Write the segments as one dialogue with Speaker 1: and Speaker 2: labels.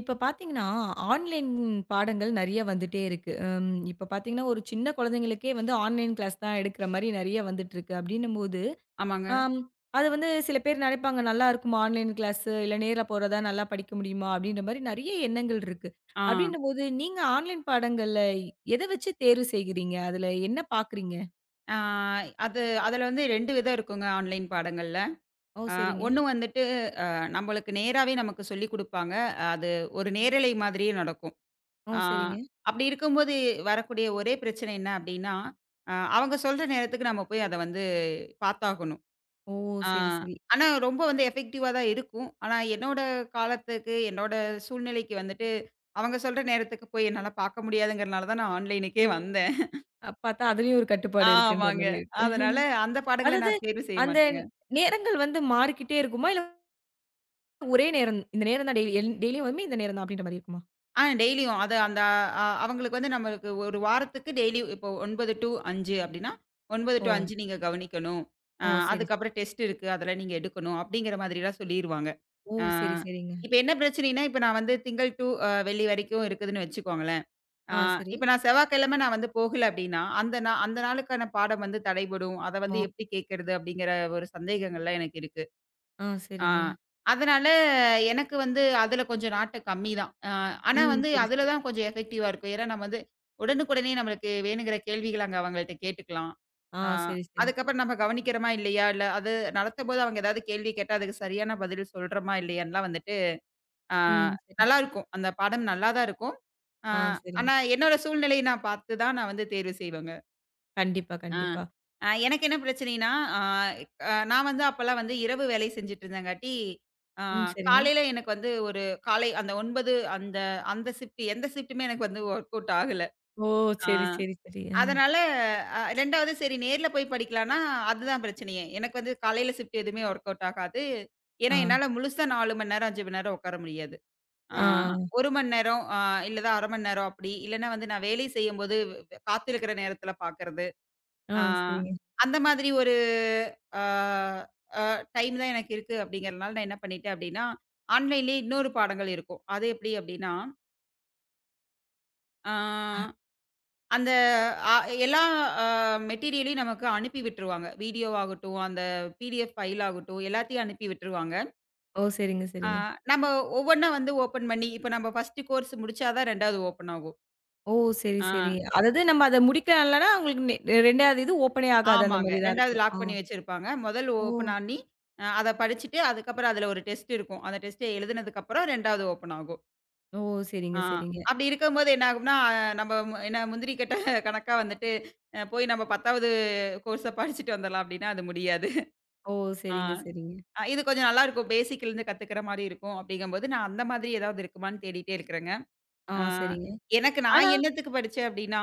Speaker 1: இப்ப பார்த்தீங்கன்னா, ஆன்லைன் பாடங்கள் நெறைய வந்துட்டே இருக்கு. இப்ப பார்த்தீங்கன்னா, ஒரு சின்ன குழந்தைங்களுக்கே வந்து ஆன்லைன் கிளாஸ் தான் எடுக்கிற மாரி நெறைய வந்துட்டுருக்கு. அப்டின்னும்போது,
Speaker 2: ஆமாங்க.
Speaker 1: ஆம் அது வந்து சில பேர் நெனைப்பாங்க, "நல்லா இருக்குமா ஆன்லைன் கிளாஸு? இல்ல நேர்ல போறதா நல்லா படிக்க முடியுமா?" அப்டின்ற மாரி நெறைய எண்ணங்கள் இருக்கு.
Speaker 2: ஆ.
Speaker 1: அப்டின்னும்போது, நீங்க ஆன்லைன் பாடங்கள்ல எத வச்சு தேர்வு செய்கிறீங்க? அதுல என்ன பார்க்குறீங்க?
Speaker 2: ஆ அது அதுல வந்து 2 விதம் இருக்குங்க ஆன்லைன் பாடங்கள்ல.
Speaker 1: ஓ,
Speaker 2: அ
Speaker 1: சரிங்க.
Speaker 2: 1 வந்துட்டு அ நம்மளுக்கு நேராவே நமக்கு சொல்லிக் குடுப்பாங்க. அது ஒரு நேரலை மாதிரியே நடக்கும்.
Speaker 1: ஓ,
Speaker 2: ஆ
Speaker 1: சரிங்க.
Speaker 2: அப்படி இருக்கும்போது வரக்கூடிய ஒரே பிரச்சனை என்ன அப்படின்னா, அவங்க சொல்ற நேரத்துக்கு நம்ம போய் அத வந்து பார்த்தாகணும்.
Speaker 1: ஓ,
Speaker 2: ஆ
Speaker 1: சரி, சரி.
Speaker 2: ஆனா ரொம்ப வந்து எஃபெக்டிவா தான் இருக்கும். ஆனா என்னோட காலத்துக்கு, என்னோட சூழ்நிலைக்கு வந்துட்டு அவங்க சொல்ற நேரத்துக்கு போய் என்னால பார்க்க முடியாதுங்கிறனால தான் நான் ஆன்லைனுக்கே வந்தேன்.
Speaker 1: பார்த்தா அதுலயும் ஒரு கட்டுப்பாடு இருக்குன்ற
Speaker 2: ஆமாங்க.
Speaker 1: மாரி இருக்கு.
Speaker 2: அதனால அந்த பாடங்கள
Speaker 1: அதாவது,
Speaker 2: நான் தேர்வு செய்ய
Speaker 1: அந்த
Speaker 2: மாட்டேங்க.
Speaker 1: நேரங்கள் வந்து மாறிக்கிட்டே இருக்குமா? இல்ல ஒரே நேரம் இந்த நேரம் தான் டெய்லி டெய்லியும் வருமே இந்த நேரம் தான் அப்படின்ற மாரி இருக்குமா?
Speaker 2: டெய்லியும் அது அந்த அ அவங்களுக்கு வந்து நம்மளுக்கு ஒரு வாரத்துக்கு டெய்லி இப்போ 9 டூ 5 அப்டின்னா, 9
Speaker 1: ஓ!
Speaker 2: டூ 5 நீங்க கவனிக்கணும். அ
Speaker 1: ஓ, சரி, சரி.
Speaker 2: அதுக்கப்புறம் டெஸ்ட் இருக்கு. அதெல்லாம் நீங்க எடுக்கணும். அப்டிங்கிற மாதிரிலாம் சொல்லிருவாங்க.
Speaker 1: ஓ,
Speaker 2: ஆ
Speaker 1: சரி, சரிங்க.
Speaker 2: இப்ப என்ன பிரச்சனைன்னா, இப்ப நான் வந்து திங்கள் டூ வெள்ளி வரைக்கும் இருக்குதுன்னு வச்சுக்கோங்களேன். ஆ
Speaker 1: ஆ சரி.
Speaker 2: இப்ப நான் செவ்வாய்க்கிழம வந்து போகல அப்டின்னா, அந்த நாளுக்கான பாடம் வந்து தடைபடும். அத
Speaker 1: ஓ!
Speaker 2: வந்து எப்டி கேட்கறது அப்டிங்கிற ஒரு சந்தேகங்கள்லாம் எனக்கு இருக்கு.
Speaker 1: ஆ
Speaker 2: ஆ.
Speaker 1: சரிங்க.
Speaker 2: அதனால எனக்கு வந்து அதுல கொஞ்சம் நாட்டம் கம்மி தான். ஆனா
Speaker 1: ம்,
Speaker 2: வந்து
Speaker 1: சரி,
Speaker 2: அதுல
Speaker 1: சரி.
Speaker 2: தான் கொஞ்சம் எஃபெக்டிவா இருக்கும். ஏன்னா நம்ம வந்து உடனுக்குடனே நம்மளுக்கு வேணுங்கிற கேள்விகள அங்க அவங்கள்ட்ட கேட்டுக்கலாம்.
Speaker 1: ஆ
Speaker 2: ஆ
Speaker 1: சரி, சரி.
Speaker 2: அதுக்கப்புறம் நம்ம கவனிக்கிறோமா இல்லையா? இல்ல அது நடத்தும்போது அவங்க ஏதாவது கேள்வி கேட்டா அதுக்கு சரியான பதில் சொல்றோமா இல்லையான்லாம் வந்துட்டு ஆ
Speaker 1: ம், சரி.
Speaker 2: நல்லாருக்கும். அந்த பாடம் நல்லா தான் இருக்கும். ஆ
Speaker 1: ஆ சரிங்க.
Speaker 2: ஆனா என்னோட சூழ்நிலைய நான் பார்த்து தான் நான் வந்து தேர்வு செய்வேங்க.
Speaker 1: கண்டிப்பா,
Speaker 2: ஆ.
Speaker 1: கண்டிப்பா.
Speaker 2: எனக்கு என்ன பிரச்சனைன்னா, அ அ நான் வந்து அப்பலாம் வந்து இரவு வேலை செஞ்சுட்டு இருந்தங்காட்டி, அ
Speaker 1: ம், சரிங்க.
Speaker 2: காலையில எனக்கு வந்து ஒரு காலை அந்த 9 அந்த அந்த ஷிஃப்ட் எந்த ஷிஃப்ட்டுமே எனக்கு வந்து ஒர்க் அவுட் ஆகல.
Speaker 1: ஓ,
Speaker 2: ஆ
Speaker 1: சரி, சரி, சரி. ஆ.
Speaker 2: அதனால 2வது சரி நேர்ல போய் படிக்கலான்னா, அதுதான் பிரச்சனையே. எனக்கு வந்து காலையில ஷிஃப்ட் எதுவுமே ஒர்க் அவுட் ஆகாது. ஏன்னா,
Speaker 1: ஆ.
Speaker 2: என்னால முழுசா 4 மணி நேரம், 5 மணி நேரம் உட்கார முடியாது. ஆ
Speaker 1: ஆ.
Speaker 2: 1 மணி நேரம், இல்லதான் 1/2 மணி நேரம் அப்படி. இல்லன்னா வந்து நான் வேலை செய்யும்போது, காத்திருக்கிற நேரத்தில பார்க்கறது.
Speaker 1: ஆ
Speaker 2: ஆ.
Speaker 1: சரிங்க.
Speaker 2: அந்த மாதிரி ஒரு ஆ டைம் தான் எனக்கு இருக்கு அப்படிங்கிறனால நான் என்ன பண்ணிட்டேன் அப்படின்னா, ஆன்லைன்லேயே இன்னொரு பாடங்கள் இருக்கும். அது எப்படி அப்படின்னா, ஆ அந்த அ எல்லா அ மெட்டீரியலையும் நமக்கு அனுப்பி விட்டுருவாங்க. வீடியோவாகட்டும், அந்த பிடிஎஃப் ஃபைல் ஆகட்டும் எல்லாத்தையும் அனுப்பி விட்டுருவாங்க.
Speaker 1: ஓ, சரிங்க,
Speaker 2: ஆ
Speaker 1: சரிங்க.
Speaker 2: நம்ம ஒவ்வொன்னா வந்து ஓப்பன் பண்ணி, இப்ப நம்ம ஃபர்ஸ்ட் கோர்ஸ் முடிச்சா தான் 2வது ஓப்பன் ஆகும்.
Speaker 1: ஓ, சரி,
Speaker 2: ஆ.
Speaker 1: சரி. அதாவது நம்ம அத முடிக்கலன்னா உங்களுக்கு 2வது இது ஓப்பனே ஆகாது அந்த
Speaker 2: ஆமாங்க.
Speaker 1: மாரி தான்
Speaker 2: 2வது
Speaker 1: இருக்கும். ஆ.
Speaker 2: லாக் பண்ணி வச்சிருப்பாங்க. முதல்
Speaker 1: ஓ!
Speaker 2: ஓப்பன் ஆனி, அத படிச்சுட்டு, அதுக்கப்புறம் அதுல ஒரு டெஸ்ட் இருக்கும். அந்த டெஸ்ட்ட எழுதுனதுக்கப்புறம் 2வது ஓப்பன் ஆகும்.
Speaker 1: ஓ, சரிங்க,
Speaker 2: ஆ
Speaker 1: சரிங்க.
Speaker 2: அப்படி இருக்கும்போது என்ன ஆகும்னா, நம்ம என்ன முந்திரி கட்ட கணக்கா வந்துட்டு, போய் நம்ம 10வது கோர்ஸ படிச்சுட்டு வந்துரலாம் அப்படின்னா, அது முடியாது.
Speaker 1: ஓ,
Speaker 2: ஆ
Speaker 1: சரிங்க, சரிங்க.
Speaker 2: இது கொஞ்சம் நல்லாருக்கும். பேசிக்லேருந்து கத்துக்கிற மாரி இருக்கும். அப்படிங்கும்போது, நான் அந்த மாதிரி ஏதாவது இருக்குமான்னு தேடிட்டே இருக்கிறேங்க.
Speaker 1: ஆ
Speaker 2: ஆ
Speaker 1: சரிங்க.
Speaker 2: எனக்கு நான்
Speaker 1: ஆனா
Speaker 2: என்னத்துக்கு படிச்சேன் அப்படின்னா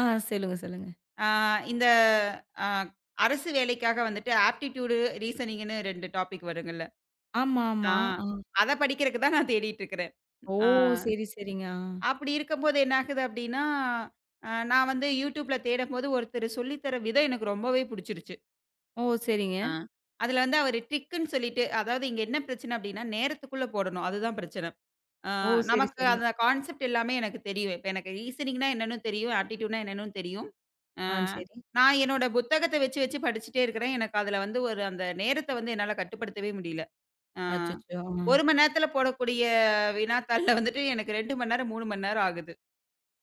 Speaker 1: ஆ சொல்லுங்க, சொல்லுங்க.
Speaker 2: ஆ இந்த அ அரசு வேலைக்காக வந்துட்டு ஆப்டிட்யூடு, ரீசனிங்ன்னு 2 டாபிக் வருங்கல்ல.
Speaker 1: ஆமா, ஆமா.
Speaker 2: ஆ
Speaker 1: ஆ.
Speaker 2: அத படிக்கிறக்கு தான் நான் தேடிட்டு இருக்கிறேன்.
Speaker 1: ஓ,
Speaker 2: ஆ
Speaker 1: சரி, சரிங்க. ஆ.
Speaker 2: அப்படி இருக்கும்போது என்ன ஆகுது அப்படின்னா, நான் வந்து YouTubeல தேடும்போது ஒருத்தர் சொல்லி தர விதம் எனக்கு ரொம்பவே புடிச்சிருச்சு.
Speaker 1: ஓ, சரிங்க.
Speaker 2: ஆ. அதுல வந்து அவரு ட்ரிக்குன்னு சொல்லிட்டு, அதாவது இங்க என்ன பிரச்சனை அப்படின்னா, நேரத்துக்குள்ள போடணும். அதுதான் பிரச்சனை. ஆ
Speaker 1: ஓ, சரி,
Speaker 2: நமக்கு
Speaker 1: சரி.
Speaker 2: அந்த கான்செப்ட் எல்லாமே எனக்கு தெரியும். இப்ப எனக்கு ரீசனிங்னா என்னன்னு தெரியும். ஆப்டிட்யூட்னா என்னன்னு தெரியும். ஆ
Speaker 1: ஆ, சரி.
Speaker 2: நான் என்னோட புத்தகத்த வச்சு வச்சு படிச்சுட்டே இருக்கிறேன். எனக்கு அதுல வந்து ஒரு அந்த நேரத்த வந்து என்னால கட்டுப்படுத்தவே முடியல. ஆ
Speaker 1: அச்சச்சோ! ஆ.
Speaker 2: 1 மணி நேரத்துல போடக்கூடிய வினாத்தாள்ல வந்துட்டு எனக்கு 2 மணி நேரம், 3 மணி நேரம் ஆகுது.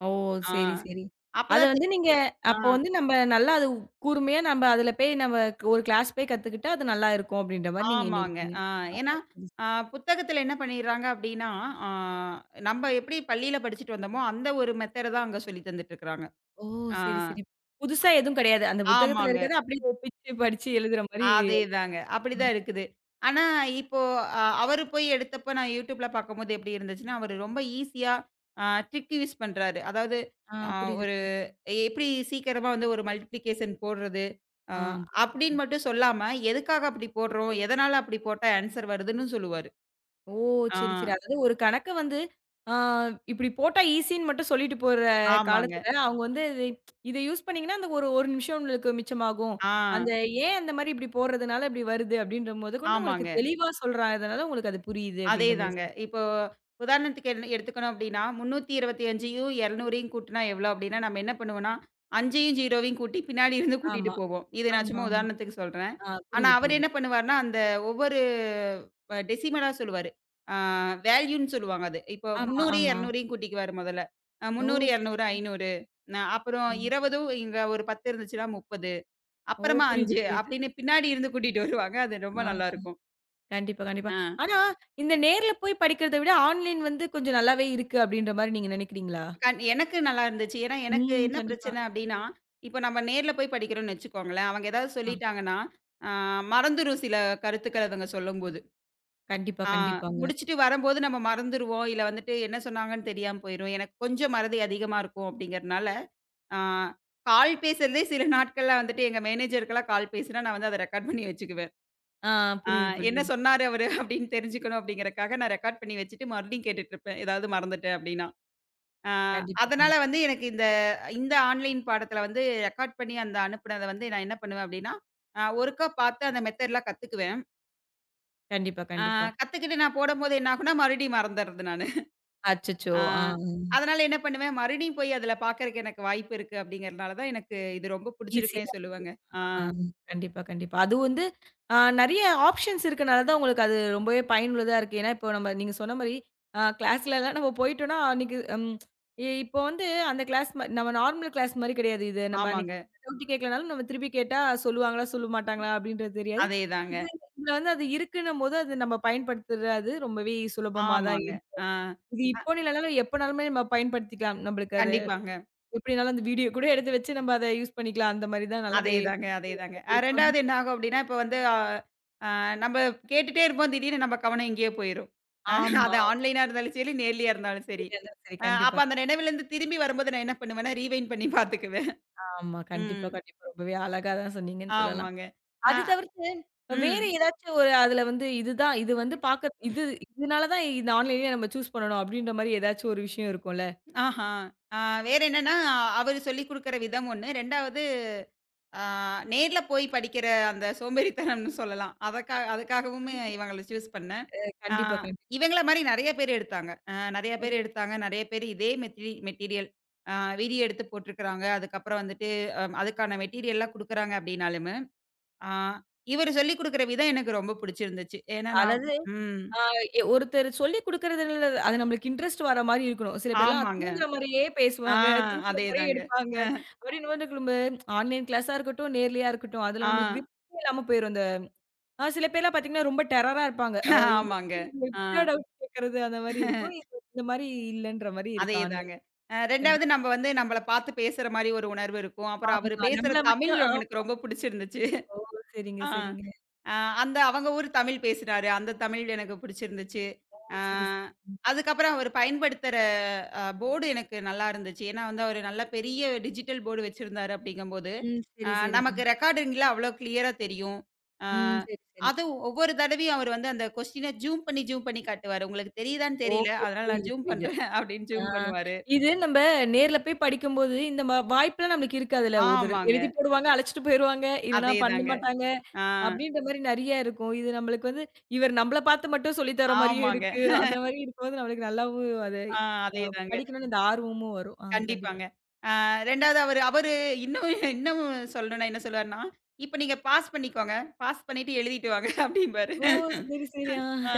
Speaker 1: ஓ,
Speaker 2: ஆ
Speaker 1: சரி, சரி. அத
Speaker 2: அப்பதான். தெ
Speaker 1: வந்து நீங்க
Speaker 2: ஆ
Speaker 1: அப்போ வந்து நம்ம நல்லா அது கூர்மையா நம்ம அதுல போய் நம்ம ஒரு கிளாஸ் போய் கத்துக்கிட்டா, அது நல்லா இருக்கும் அப்படின்ற மாரி நீங்க
Speaker 2: ஆமாங்க.
Speaker 1: எண்ணியிருக்கீங்க. ஆ,
Speaker 2: ஏன்னா,
Speaker 1: சரி.
Speaker 2: ஆ புத்தகத்துல என்ன பண்ணிடுறாங்க அப்டின்னா, ஆ நம்ம எப்படி பள்ளியில படிச்சுட்டு வந்தோமோ, அந்த ஒரு மெத்தேட தான் அங்க சொல்லி தந்துட்டு இருக்கிறாங்க.
Speaker 1: ஓ,
Speaker 2: ஆ
Speaker 1: சரி, சரி. புதுசா எதுவும் கிடையாது. அந்த புத்தகத்துல
Speaker 2: ஆமாங்க.
Speaker 1: இருக்கிறத அப்படியே ஒப்பிச்சு படிச்சு எழுதுற மாரி.
Speaker 2: அதேதாங்க. அப்படிதான் இருக்குது. ஆனா, இப்போ அவரு போய் எடுத்தப்ப நான் YouTubeல பார்க்கும்போது எப்படி இருந்துச்சுன்னா, அவரு ரொம்ப ஈஸியா ட்ரிக் யூஸ் பண்றாரு. அதாவது
Speaker 1: ஆ,
Speaker 2: அ
Speaker 1: புரியுது,
Speaker 2: ஒரு
Speaker 1: புரியுது.
Speaker 2: எப்படி சீக்கிரமா வந்து ஒரு மல்டிப்ளிகேஷன் போடுறது, அ
Speaker 1: ஆ.
Speaker 2: அப்படின்னு மட்டும் சொல்லாம, எதுக்காக அப்படி போடுறோம்? எதனால அப்படி போட்டா ஆன்சர் வருதுன்னு சொல்லுவாரு.
Speaker 1: ஓ,
Speaker 2: ஆ.
Speaker 1: சரி, சரி. அதாவது ஒரு கணக்க வந்து ஆ இப்டி போட்டா ஈஸின்னு மட்டும் சொல்லிட்டு போற
Speaker 2: ஆமாங்க.
Speaker 1: காலத்துல, அவங்க வந்து இது இத யூஸ் பண்ணீங்கன்னா, அந்த ஒரு 1 நிமிஷம் உங்களுக்கு மிச்சமாகும்.
Speaker 2: ஆ.
Speaker 1: அந்த ஏன் அந்த மாரி இப்டி போடுறதுனால இப்டி வருது அப்டின்ற மொதக்கொண்டு உங்களுக்கு
Speaker 2: ஆமாங்க.
Speaker 1: தெளிவா சொல்றதுனால உங்களுக்கு அது புரியுது அப்டின்ற மாரி
Speaker 2: அதேதாங்க.
Speaker 1: சொல்
Speaker 2: இப்போ உதாரணத்துக்கு என்ன எடுத்துக்கணும் அப்டின்னா, 325யும் 200யும் கூட்டுனா எவ்வளோ அப்டின்னா, நம்ம என்ன பண்ணுவோம்னா, 5யும் 0வையும் கூட்டி பின்னாடி இருந்து கூட்டிட்டு
Speaker 1: ஆமா,
Speaker 2: போவோம். இது நான்
Speaker 1: ஆமா,
Speaker 2: சும்மா
Speaker 1: ஆமா.
Speaker 2: உதாரணத்துக்கு சொல்றேன்.
Speaker 1: ஆ
Speaker 2: ஆனா,
Speaker 1: புரியுது,
Speaker 2: அவரு
Speaker 1: புரியுது.
Speaker 2: என்ன பண்ணுவாருன்னா, அந்த ஒவ்வொரு டெசிமலா சொல்லுவாரு. ஆ வேல்யூன்னு சொல்லுவாங்க அது. இப்போ
Speaker 1: ஆமா, ஆமா.
Speaker 2: 300யும் 200யும் கூட்டிக்குவாரு முதல்ல.
Speaker 1: ஓ,
Speaker 2: 300,
Speaker 1: சரி,
Speaker 2: 200,
Speaker 1: சரி.
Speaker 2: 500 அப்புறம்
Speaker 1: ம்.
Speaker 2: 20ம் இங்க ஒரு 10 இருந்துச்சுன்னா 30
Speaker 1: ஓ,
Speaker 2: அப்புறமா
Speaker 1: புரியுது,
Speaker 2: 5
Speaker 1: புரியுது.
Speaker 2: அப்டின்னு பின்னாடி இருந்து கூட்டிட்டு வருவாங்க. அது ரொம்ப
Speaker 1: ஆ
Speaker 2: நல்லாருக்கும்.
Speaker 1: கண்டிப்பா, கண்டிப்பா.
Speaker 2: ஆ.
Speaker 1: ஆனா இந்த நேர்ல போய் படிக்கிறத விட ஆன்லைன் வந்து கொஞ்சம் நல்லாவே இருக்கு அப்டின்ற மாரி நீங்க நெனைக்கிறீங்களா?
Speaker 2: எனக்கு நல்லா இருந்துச்சு. ஏன்னா, எனக்கு
Speaker 1: ம்,
Speaker 2: என்ன
Speaker 1: கண்டிப்பா.
Speaker 2: பிரச்சனை அப்டின்னா, இப்ப நம்ம நேர்ல போய் படிக்கிறோம்னு வச்சுக்கோங்களேன், அவங்க ஏதாவது
Speaker 1: ஆ.
Speaker 2: சொல்லிட்டாங்கன்னா, ஆ மறந்துரும் சில கருத்துக்கள் அதுங்க சொல்லும்போது.
Speaker 1: கண்டிப்பா,
Speaker 2: ஆ
Speaker 1: கண்டிப்பாங்க.
Speaker 2: முடிச்சுட்டு வரம்போது நம்ம மறந்துருவோம். இல்ல வந்துட்டு என்ன சொன்னாங்கன்னு தெரியாம போயிரும். எனக்கு கொஞ்சம் மறதி அதிகமா இருக்கும் அப்டிங்கிறனால, ஆ கால் பேசுறதே சில நாட்கள்ல வந்துட்டு எங்க மேனேஜருக்கெல்லாம் கால் பேசினா, நான் வந்து அத ரெக்கார்ட் பண்ணி வச்சுக்குவேன்.
Speaker 1: ஆ
Speaker 2: ஆ
Speaker 1: புரியுது,
Speaker 2: என்ன
Speaker 1: புரியுது.
Speaker 2: சொன்னாரு அவரு அப்டின்னு தெரிஞ்சுக்கணும் அப்டிங்கிறக்காக நான் ரெக்கார்ட் பண்ணி வச்சுட்டு மறுபடியும் கேட்டுட்டு இருப்பேன். ஏதாவது மறந்துட்டேன் அப்டின்னா. ஆ,
Speaker 1: கண்டிப்பா,
Speaker 2: அதனால
Speaker 1: கண்டிப்பா.
Speaker 2: வந்து எனக்கு இந்த இந்த ஆன்லைன் பாடத்துல வந்து ரெக்கார்ட் பண்ணி அந்த அனுப்புனத வந்து நான் என்ன பண்ணுவேன் அப்டின்னா, ஒருக்கா பார்த்து அந்த மெத்தட்லாம் கத்துக்குவேன்.
Speaker 1: கண்டிப்பா,
Speaker 2: ஆ
Speaker 1: கண்டிப்பா.
Speaker 2: கத்துக்கிட்டு நான் போடம்போது என்ன ஆகும்னா, மறுபடியும் மறந்துர்றது நானு.
Speaker 1: அச்சச்சோ!
Speaker 2: ஆ
Speaker 1: ஆ.
Speaker 2: அதனால என்ன பண்ணுவேன், மறுபடியும் போய் அதுல பார்க்கறக்கு எனக்கு வாய்ப்பு இருக்கு அப்டிங்கிறனால தான் எனக்கு இது ரொம்ப புடிச்சிருக்குன்னே
Speaker 1: ஈஸியா
Speaker 2: சொல்லுவேங்க. ஆ
Speaker 1: ஆ கண்டிப்பா, கண்டிப்பா. அது வந்து நெறைய ஆப்ஷன்ஸ் இருக்கனால தான் உங்களுக்கு அது ரொம்பவே பயனுள்ளதா இருக்கு. ஏன்னா, இப்போ நம்ம நீங்க சொன்ன மாரி கிளாஸ்லலாம் நம்ம போயிட்டோம்னா, அன்னைக்கு ம் இப்போ வந்து அந்த கிளாஸ் நம்ம நார்மல் கிளாஸ் மாரி கிடையாது இது. நம்ம அன்னைக்கு
Speaker 2: ஆமாங்க.
Speaker 1: டவுட் கேட்கலனாலும் நம்ம திருப்பி கேட்டா சொல்லுவாங்களா, சொல்ல மாட்டாங்களா அப்படின்றது தெரியாது.
Speaker 2: அதேதாங்க.
Speaker 1: இது இதுல வந்து அது இருக்குன்னும்போது, அது நம்ம பயன்படுத்துறது ரொம்பவே சுலபமா தான்.
Speaker 2: ஆமாங்க. ஆ
Speaker 1: இது இப்போன்னு இல்லனாலும் எப்பனாலுமே நம்ம பயன்படுத்திக்கலாம் நம்மளுக்கு அது.
Speaker 2: கண்டிப்பாங்க.
Speaker 1: எப்படினாலும் அந்த வீடியோ கூட எடுத்து வச்சு நம்ம அத யூஸ் பண்ணிக்கலாம். அந்த மாரி தான் நல்லாவே
Speaker 2: அதேதாங்க,
Speaker 1: புரியிற
Speaker 2: அதேதாங்க.
Speaker 1: மாரி இருக்கும்.
Speaker 2: 2வது என்ன ஆகும் அப்டின்னா, இப்ப வந்து அ அ நம்ம கேட்டுட்டே இருப்போம். திடீர்னு நம்ம கவனம் எங்கேயோ போயிரும். அ
Speaker 1: ஆமா.
Speaker 2: அது ஆன்லைனா இருந்தாலும் சரி, நேர்லயா இருந்தாலும் சரி.
Speaker 1: சரி அதான் சரி. கண்டிப்பா,
Speaker 2: அப்ப அந்த
Speaker 1: கண்டிப்பா.
Speaker 2: நினைவுலருந்து திரும்பி வரும்போது நான் என்ன பண்ணுவேன்னா, ரீவைண்ட் பண்ணி பாத்துக்குவேன்.
Speaker 1: ஆமா. கண்டிப்பா,
Speaker 2: ம்.
Speaker 1: கண்டிப்பா. ரொம்பவே அழகா தான் சொன்னீங்கன்னு சொல்லலாம்.
Speaker 2: ஆமாங்க. அ
Speaker 1: அது தவிர்த்து வேற
Speaker 2: ம்.
Speaker 1: ஏதாச்சும் ஒரு அதுல வந்து இதுதான் இது வந்து பாக்க இது இதனால தான் இந்த ஆன்லைன்லயே நம்ம சூஸ் பண்ணணும் அப்படின்ற மாரி ஏதாச்சும் ஒரு விஷயம் இருக்கும்ல.
Speaker 2: ஆஹா. அ வேற என்னன்னா, அவரு சொல்லிக் குடுக்குற விதம் ஒண்ணு. 2வது ஆ நேர்ல போய் படிக்கிற அந்த சோம்பேறித்தனம்னு சொல்லலாம். அதுக்காகவுமே இவங்கள சூஸ் பண்ணேன். ஆ
Speaker 1: கண்டிப்பா, கண்டிப்பா.
Speaker 2: இவங்கள மாரி நெறைய பேர் எடுத்தாங்க. நெறைய பேர் எடுத்தாங்க. நெறைய பேர் இதே மெட்டீரியல் அ வீடியோ எடுத்து போட்டுருக்காங்க. அதுக்கப்புறம் வந்துட்டு அதுக்கான மெட்டீரியல்லாம் குடுக்குறாங்க அப்படின்னாலுமே, ஆ இவரு சொல்லிக் குடுக்குற விதம் எனக்கு ரொம்ப புடிச்சிருந்துச்சு. ஏன்னா நான்.
Speaker 1: அதாவது
Speaker 2: ம்.
Speaker 1: ஆ ஒருத்தர் சொல்லிக் குடுக்குறதுல அது நம்மளுக்கு இன்ட்ரெஸ்ட் வர மாரி இருக்கணும். சில பேர்லாம்
Speaker 2: ஆமாங்க.
Speaker 1: தூங்குற மாரியே
Speaker 2: ஆ
Speaker 1: பேசுவாங்க, தூங்குற மாரியே
Speaker 2: அதேதாங்க.
Speaker 1: எடுப்பாங்க.
Speaker 2: அ
Speaker 1: அப்படின்னு வந்து நம்ம ஆன்லைன் கிளாஸா இருக்கட்டும், நேர்லயா இருக்கட்டும், அதுல
Speaker 2: ஆ
Speaker 1: நம்மளுக்கு விருப்பமே இல்லாம போயிரும். அந்த ஆ சில பேர்லாம் பாத்தீங்கன்னா, ரொம்ப டெரரா இருப்பாங்க. இவங்க
Speaker 2: ஆமாங்க.
Speaker 1: கிட்ட
Speaker 2: ஆ.
Speaker 1: எப்படிடா டவுட் கேட்கறது அந்த மாரி இருக்கும். இது இந்த மாரி இல்லன்ற மாரி இருக்கு ஆன்லைன்.
Speaker 2: அதேதாங்க. 2வது
Speaker 1: கண்டிப்பா.
Speaker 2: நம்ம வந்து நம்மள பார்த்து பேசுற மாரி ஒரு உணர்வு இருக்கும். அப்புறம் அவரு
Speaker 1: ஆமா.
Speaker 2: பேசுற
Speaker 1: நம்மள
Speaker 2: தமிழ்
Speaker 1: மட்டும் ஆ
Speaker 2: ரொம்ப- எனக்கு ரொம்ப புடிச்சிருந்துச்சு.
Speaker 1: ஓ, சரிங்க,
Speaker 2: ஆ,
Speaker 1: சரிங்க.
Speaker 2: அ அந்த அவங்க ஊர் தமிழ் பேசுறாரு. அந்த தமிழ் எனக்கு புடிச்சிருந்துச்சு.
Speaker 1: ஓ,
Speaker 2: ஆ
Speaker 1: சரி, சரி.
Speaker 2: அதுக்கப்புறம் அவரு பயன்படுத்துற போர்டு எனக்கு நல்லா இருந்துச்சு. ஏன்னா வந்து அவரு நல்ல பெரிய டிஜிட்டல் போர்டு வச்சிருந்தாரு அப்படிங்கும்போது,
Speaker 1: ம்,
Speaker 2: அ
Speaker 1: சரி, சரிங்க.
Speaker 2: நமக்கு ரெக்கார்டிங்கில அவ்வளோ கிளியரா தெரியும். ஆ
Speaker 1: ம், சரி, சரி.
Speaker 2: அதுவும் ஒவ்வொரு தடவையும் அவர் வந்து அந்த கொஸ்டின ஜூம் பண்ணி, ஜூம் பண்ணி காட்டுவாரு. உங்களுக்கு தெரியுதான்னு தெரியல.
Speaker 1: ஓகே.
Speaker 2: அதனால நான்
Speaker 1: புரியுது,
Speaker 2: ஜூம்
Speaker 1: புரியுது.
Speaker 2: பண்றேன் அப்படின்னு
Speaker 1: ஆ.
Speaker 2: ஜூம் பண்ணுவாரு.
Speaker 1: நம்ப நேர்ல போய் படிக்கும்போது, இந்த வாய்ப்புலாம் நம்மளுக்கு இருக்காதுல்ல. ஒரு தடவ
Speaker 2: ஆமாங்க.
Speaker 1: எழுதி போடுவாங்க, அழைச்சுட்டு போயிருவாங்க. இல்லன்னா பண்ண
Speaker 2: அதேதாங்க.
Speaker 1: மாட்டாங்க.
Speaker 2: ஆ,
Speaker 1: அப்டின்ற மாரி நெறைய இருக்கும். இது நம்மளுக்கு வந்து, இவர் நம்மள பார்த்து மட்டும் சொல்லி தர மாரியும்
Speaker 2: ஆமாங்க.
Speaker 1: இருக்கு. அந்த மாரி இருக்கும்போது நம்மளுக்கு நல்லாவும் அத
Speaker 2: ஆ
Speaker 1: அ
Speaker 2: அதேதாங்க.
Speaker 1: படிக்கணும்னு அந்த ஆர்வமும் வரும். ஆ கண்டிப்பா.
Speaker 2: கண்டிப்பாங்க. 2வது அவரு அவரு இன்னும் இன்னும் சொல்லணும்னா என்ன சொல்லுவாருன்னா, "இப்ப நீங்க பாஸ் பண்ணிக்கோங்க. பாஸ் பண்ணிட்டு எழுதிட்டு வாங்க" அப்படிம்பாரு.
Speaker 1: ஓ, சரி, சரி. ஆ.
Speaker 2: ஆ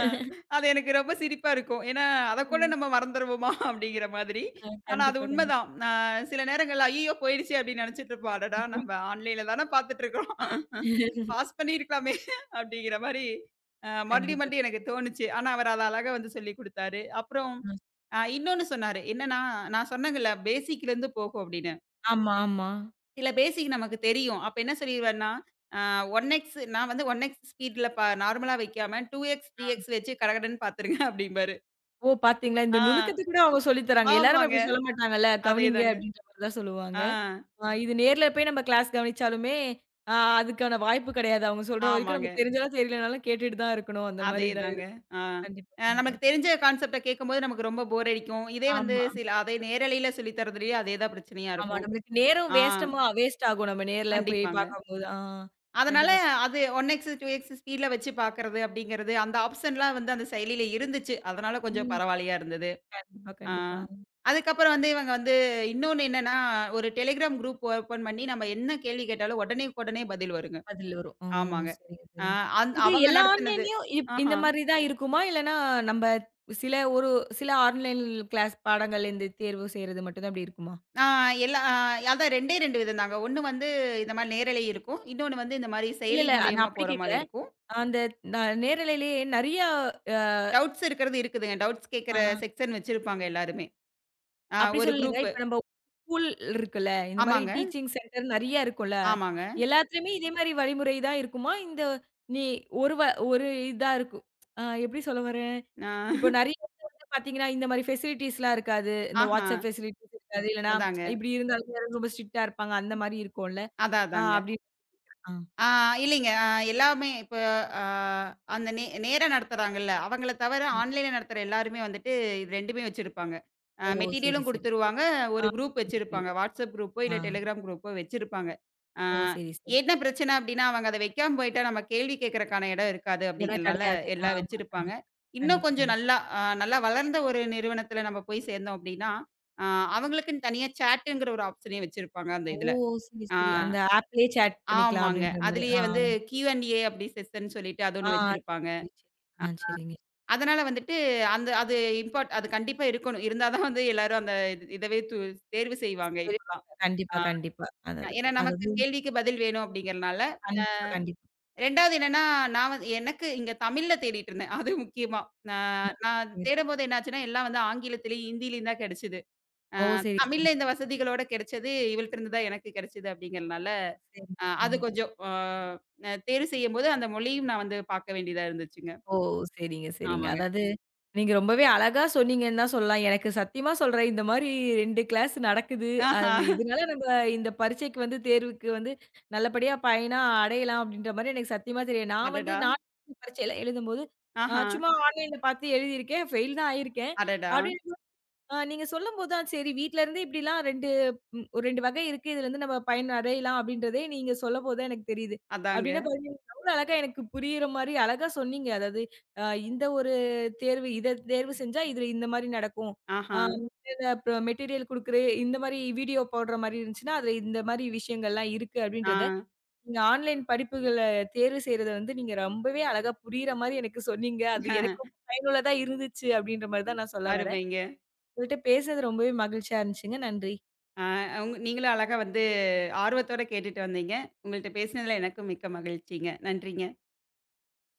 Speaker 2: அது எனக்கு ரொம்ப சிரிப்பா இருக்கும். ஏன்னா, அதக்கூட
Speaker 1: ம்.
Speaker 2: நம்ம மறந்துருவோமா அப்படிங்கிற மாதிரி.
Speaker 1: ஆ
Speaker 2: ஆனா அது
Speaker 1: கண்டிப்பா, கண்டிப்பா.
Speaker 2: உண்மதான். சில நேரங்கள்ல ஐய்யயோ! போயிடுச்சே அப்படின்னு நினைச்சுட்டு இருப்போம். அடடா! நம்ம ஆன்லைன்ல தான பார்த்துட்டு இருக்கோம்.
Speaker 1: அப்ப
Speaker 2: பாஸ் பண்ணியிருக்கலாமே அப்படிங்கிற மாரி மறுபடியும்
Speaker 1: கண்டிப்பா.
Speaker 2: மறுபடியும் எனக்கு தோணுச்சு. ஆனா, அவர் அத அழகா வந்து சொல்லிக் குடுத்தாரு. அப்புறம்
Speaker 1: ம்.
Speaker 2: இன்னொன்னு சொன்னாரு. என்னன்னா, நான் சொன்னேங்கல்ல பேசிக்லேருந்து போகும் அப்படின்னு.
Speaker 1: ஆமா, ஆமா.
Speaker 2: சில பேசிக் நமக்கு தெரியும். அப்ப என்ன சொல்லிருவேன்னா, ஆ 1x நான் வந்து 1x ஸ்பீட்ல நார்மலா வைக்காம 2x, 3x வச்சு கடகடன்னு பாத்துருங்க அப்படிம்பாரு.
Speaker 1: ஓ, பார்த்தீங்களா? இந்த
Speaker 2: ஆ
Speaker 1: நுணுக்கத்த கூட அவங்க சொல்லி தராங்க. எல்லாரும்
Speaker 2: ஆமாங்க.
Speaker 1: அப்டி சொல்ல மாட்டாங்கல்ல. கவனிங்க
Speaker 2: அதேதாங்க.
Speaker 1: அப்டின்ற மாரி தான் சொல்லுவாங்க.
Speaker 2: ஆ
Speaker 1: ஆ இது நேர்ல போய் நம்ம கிளாஸ் கவனிச்சாலுமே, ஆ அதுக்கான வாய்ப்பு கெடையாது. அவங்க சொல்ற வரைக்கும் நம்ம
Speaker 2: ஆமாங்க.
Speaker 1: தெரிஞ்சாலும் தெரியலனாலும் கேட்டுட்டு தான் இருக்கணும். அந்த மாரி தான்.
Speaker 2: அதேதாங்க. ஆ.
Speaker 1: கண்டிப்பா, கண்டிப்பா.
Speaker 2: நமக்கு தெரிஞ்ச கான்செப்ட்ட கேட்கும்போது நமக்கு ரொம்ப போர் அடிக்கும். இதே வந்து
Speaker 1: ஆமா.
Speaker 2: சில அதே நேரலையில சொல்லி தரதுலயே அதே தான் பிரச்சனையா
Speaker 1: ஆமா.
Speaker 2: இருக்கும்.
Speaker 1: நம்மளுக்கு நேரம்
Speaker 2: ஆ.
Speaker 1: வேஸ்ட்டமா வேஸ்ட் ஆகும். நம்ம நேர்ல போய்
Speaker 2: கண்டிப்பாங்க.
Speaker 1: பார்க்கும்போது. ஆ
Speaker 2: அதனால
Speaker 1: கண்டிப்பா.
Speaker 2: அது 1 எக்ஸ், 2 எக்ஸ் ஸ்பீட்ல வச்சு பார்க்கறது அப்படிங்கிறது, அந்த ஆப்ஷன்லாம் வந்து அந்த செயலியில இருந்துச்சு. அதனால கொஞ்சம்
Speaker 1: ம்.
Speaker 2: பரவாயில்லையா இருந்தது.
Speaker 1: கண்டிப்பா,
Speaker 2: ஆ.
Speaker 1: கண்டிப்பா.
Speaker 2: அதுக்கப்புறம் வந்து இவங்க வந்து இன்னொன்னு என்னன்னா, ஒரு டெலிகிராம் குரூப் ஓப்பன் பண்ணி நம்ம என்ன கேள்வி கேட்டாலும் உடனேக்குடனே பதில் வருங்க.
Speaker 1: அதுல வரும். ஓ,
Speaker 2: ஆமாங்க.
Speaker 1: சரிங்க,
Speaker 2: ஆ
Speaker 1: சரிங்க.
Speaker 2: அந்
Speaker 1: இது
Speaker 2: அவங்க
Speaker 1: எல்லா
Speaker 2: நடத்துனது.
Speaker 1: ஆன்லைன்லயும் இந்த
Speaker 2: ஆஹா.
Speaker 1: மாரி தான் இருக்குமா? இல்லன்னா நம்ம சில ஒரு சில ஆன்லைன் கிளாஸ் பாடங்கள் இந்த தேர்வு செய்றது மட்டும் தான் இப்டி இருக்குமா?
Speaker 2: ஆ எல்லா அ அதான் 2டே 2 விதம் தாங்க. ஒண்ணு வந்து இந்த மாரி நேரலை இருக்கும். இன்னொன்னு வந்து இந்த மாரி
Speaker 1: இல்ல,
Speaker 2: செயலி
Speaker 1: இல்ல. நான்
Speaker 2: மூலியமா
Speaker 1: அப்டி
Speaker 2: போற
Speaker 1: கேட்கல.
Speaker 2: மாரி இருக்கும்.
Speaker 1: அந்த ந நேரலையிலேயே நெறைய அ
Speaker 2: டவுட்ஸ் இருக்கிறது இருக்குதுங்க. டவுட்ஸ் கேட்கிற
Speaker 1: ஆ.
Speaker 2: செக்ஷன் வச்சிருப்பாங்க எல்லாருமே.
Speaker 1: அப்படி
Speaker 2: ஒரு
Speaker 1: சொல்லலங்க.
Speaker 2: குரூப்பு.
Speaker 1: இப்ப நம்ம ஸ்கூல் இருக்குல்ல. இந்த மாரி
Speaker 2: ஆமாங்க.
Speaker 1: டீச்சிங் சென்டர் நெறைய இருக்கும்ல.
Speaker 2: ஆமாங்க.
Speaker 1: எல்லாத்துலயுமே இதே மாரி வழிமுறை தான் இருக்குமா? இந்த நீ ஒரு ஒரு இதா இருக்கும். எப்படி சொல்ல வரேன்? இப்போ
Speaker 2: ஆ
Speaker 1: நெறைய இடத்துல வந்து பார்த்தீங்கன்னா, இந்த மாரி ஃபெசிலிட்டீஸ்லாம் இருக்காது. இந்த
Speaker 2: ஆஹா.
Speaker 1: WhatsApp ஃபெசிலிட்டீஸ் இருக்காது. இல்லன்னா
Speaker 2: அதாங்க.
Speaker 1: இப்படி இருந்தாலும் எல்லாரும் ரொம்ப ஸ்ட்ரிக்ட்டா இருப்பாங்க. அந்த மாரி இருக்கும்ல.
Speaker 2: அதான்,
Speaker 1: ஆ
Speaker 2: அதாங்க.
Speaker 1: அப்படி ஆ.
Speaker 2: ஆ இல்லைங்க. எல்லாமே இப்ப அ அந்த நே நேரா நடத்துறாங்கல்ல, அவங்கள தவிர
Speaker 1: ஆமா.
Speaker 2: ஆன்லைன்ல நடத்துற எல்லாருமே வந்துட்டு இது 2மே வச்சிருப்பாங்க.
Speaker 1: ஓ, சரி,
Speaker 2: மெட்டீரியலும்
Speaker 1: சரி.
Speaker 2: குடுத்துருவாங்க.
Speaker 1: ஆ.
Speaker 2: ஒரு குரூப்
Speaker 1: புரியுது,
Speaker 2: வச்சிருப்பாங்க.
Speaker 1: புரியுது.
Speaker 2: WhatsApp குரூப்போ,
Speaker 1: ஆ.
Speaker 2: இல்ல Telegram குரூப்போ வச்சிருப்பாங்க. அ
Speaker 1: ஓ, சரி, சரி.
Speaker 2: என்ன பிரச்சனை அப்டின்னா, அவங்க அத வைக்காம போயிட்டா நம்ம கேள்வி கேட்கறக்கான இடம் இருக்காது
Speaker 1: இதெல்லாம்
Speaker 2: அப்டிங்கிறனால
Speaker 1: கிடையாது.
Speaker 2: எல்லாம்
Speaker 1: ஆமா.
Speaker 2: வச்சிருப்பாங்க.
Speaker 1: கண்டிப்பா.
Speaker 2: இன்னும்
Speaker 1: கண்டிப்பா,
Speaker 2: கொஞ்சம்
Speaker 1: கண்டிப்பா.
Speaker 2: நல்லா வளர்ந்த ஒரு நிறுவனத்துல நம்ம போய் சேர்ந்தோம் அப்டின்னா, அ அவங்களுக்குன்னு தனியா சேட்டுங்கிற ஒரு ஆப்ஷனே வச்சிருப்பாங்க அந்த
Speaker 1: ஓ,
Speaker 2: இதுல.
Speaker 1: சரி,
Speaker 2: ஆ.
Speaker 1: சரி. அந்த ஆப்லயே சேட் பண்ணிக்கலாம்
Speaker 2: ஆமாங்க.
Speaker 1: அப்படின்ற மாரி.
Speaker 2: அதிலேயே
Speaker 1: ஆ,
Speaker 2: வந்து கியூ அண்ட் ஏ அப்படி செக்ஷன் சொல்லிட்டு அது
Speaker 1: ஆ.
Speaker 2: ஒண்ணு
Speaker 1: சரி,
Speaker 2: வச்சிருப்பாங்க.
Speaker 1: சரி, சரி. ஆ, சரிங்க.
Speaker 2: அதனால வந்துட்டு அந்த அது இம்பார்ட் அது கண்டிப்பா இருக்கணும். இருந்தா தான் வந்து எல்லாரும் அந்த இது இதவே து தேர்வு செய்வாங்க
Speaker 1: சரி.
Speaker 2: இப்பலாம்.
Speaker 1: கண்டிப்பா, கண்டிப்பா. அதாவது
Speaker 2: ஏன்னா நமக்கு
Speaker 1: அதாவது
Speaker 2: கேள்விக்கு பதில் வேணும் அப்படிங்கிறனால.
Speaker 1: கண்டிப்பா, கண்டிப்பா.
Speaker 2: 2வது என்னன்னா, நான் வந்து எனக்கு இங்க தமிழ்ல தேடிட்டு இருந்தேன். அது முக்கியமா.
Speaker 1: ம்,
Speaker 2: நான் நான்
Speaker 1: சரிங்க, சரிங்க.
Speaker 2: தேடும்போது என்னாச்சுன்னா, எல்லாம் வந்து ஆங்கிலத்திலயும், ஹிந்திலயும் தான் கிடைச்சது. அ
Speaker 1: ஓ, சரி, சரி.
Speaker 2: தமிழ்ல இந்த வசதிகளோட கிடைச்சது இவள்ட்ட இருந்து தான் எனக்கு கிடைச்சது அப்படிங்கிறனால,
Speaker 1: சரி,
Speaker 2: அ அது
Speaker 1: சரிங்க.
Speaker 2: கொஞ்சம் அ தேர்வு செய்யும்போது அந்த மொழியும் நான் வந்து பார்க்க வேண்டியதா இருந்துச்சுங்க.
Speaker 1: ஓ, சரிங்க, சரிங்க.
Speaker 2: ஆமாங்க.
Speaker 1: அதாவது, நீங்க ரொம்பவே அழகா சொன்னீங்கன்னு தான் சொல்லலாம். எனக்கு சத்தியமா சொல்றேன், இந்த மாரி 2 கிளாஸ் நடக்குது.
Speaker 2: ஆஹா!
Speaker 1: அது இதனால நம்ம இந்த பரீட்சைக்கு வந்து தேர்வுக்கு வந்து நல்லபடியா பயனா அடையலாம் அப்படின்ற மாரி எனக்கு சத்தியமா தெரியும். நான் வந்து
Speaker 2: அடடா!
Speaker 1: நான் பரீட்சையில எழுதும்போது,
Speaker 2: ஆஹா!
Speaker 1: சும்மா ஆன்லைன்ல பார்த்து எழுதியிருக்கேன். ஃபெயில் தான் ஆயிருக்கேன்.
Speaker 2: அடடா!
Speaker 1: அப்படின்னு ஆ நீங்க சொல்லும்போது தான் சரி வீட்ல இருந்து இப்படிலாம் 2 ஒரு 2 வகை இருக்கு. இதுல இருந்து நம்ம பயன் அடையலாம் அப்படின்றதே நீங்க சொல்லம்போது தான் எனக்கு தெரியுது. அப்படின்னா
Speaker 2: அதாங்க.
Speaker 1: பாத்தீங்கன்னா, எவ்வளோ அழகா எனக்கு புரியிற மாரி அழகா சொன்னீங்க. அதாவது அ இந்த ஒரு தேர்வு இத தேர்வு செஞ்சா இதுல இந்த மாரி நடக்கும். ஆ
Speaker 2: ஆஹா!
Speaker 1: அப்புறம் மெட்டீரியல் குடுக்குற இந்த மாரி வீடியோ போடுற மாரி இருந்துச்சுன்னா, அதுல இந்த மாரி விஷயங்கள்லாம் இருக்கு
Speaker 2: ஆ.
Speaker 1: அப்படின்றத, நீங்க ஆன்லைன் படிப்புகள தேர்வு செய்றத வந்து நீங்க ரொம்பவே அழகா புரியிற மாரி எனக்கு சொன்னீங்க. அது எனக்கு ரொம்ப பயனுள்ளதா இருந்துச்சு அப்படின்ற மாரி தான் நான் சொல்ல வரேன்.
Speaker 2: அருமைங்க.
Speaker 1: உங்கள்ட்ட பேசுனது ரொம்பவே மகிழ்ச்சியா இருந்துச்சுங்க. நன்றி.
Speaker 2: ஆ உங் நீங்களும் அழகா வந்து ஆர்வத்தோட கேட்டுட்டு வந்தீங்க. உங்கள்ட்ட பேசினதுல எனக்கும் மிக்க மகிழ்ச்சிங்க. நன்றிங்க.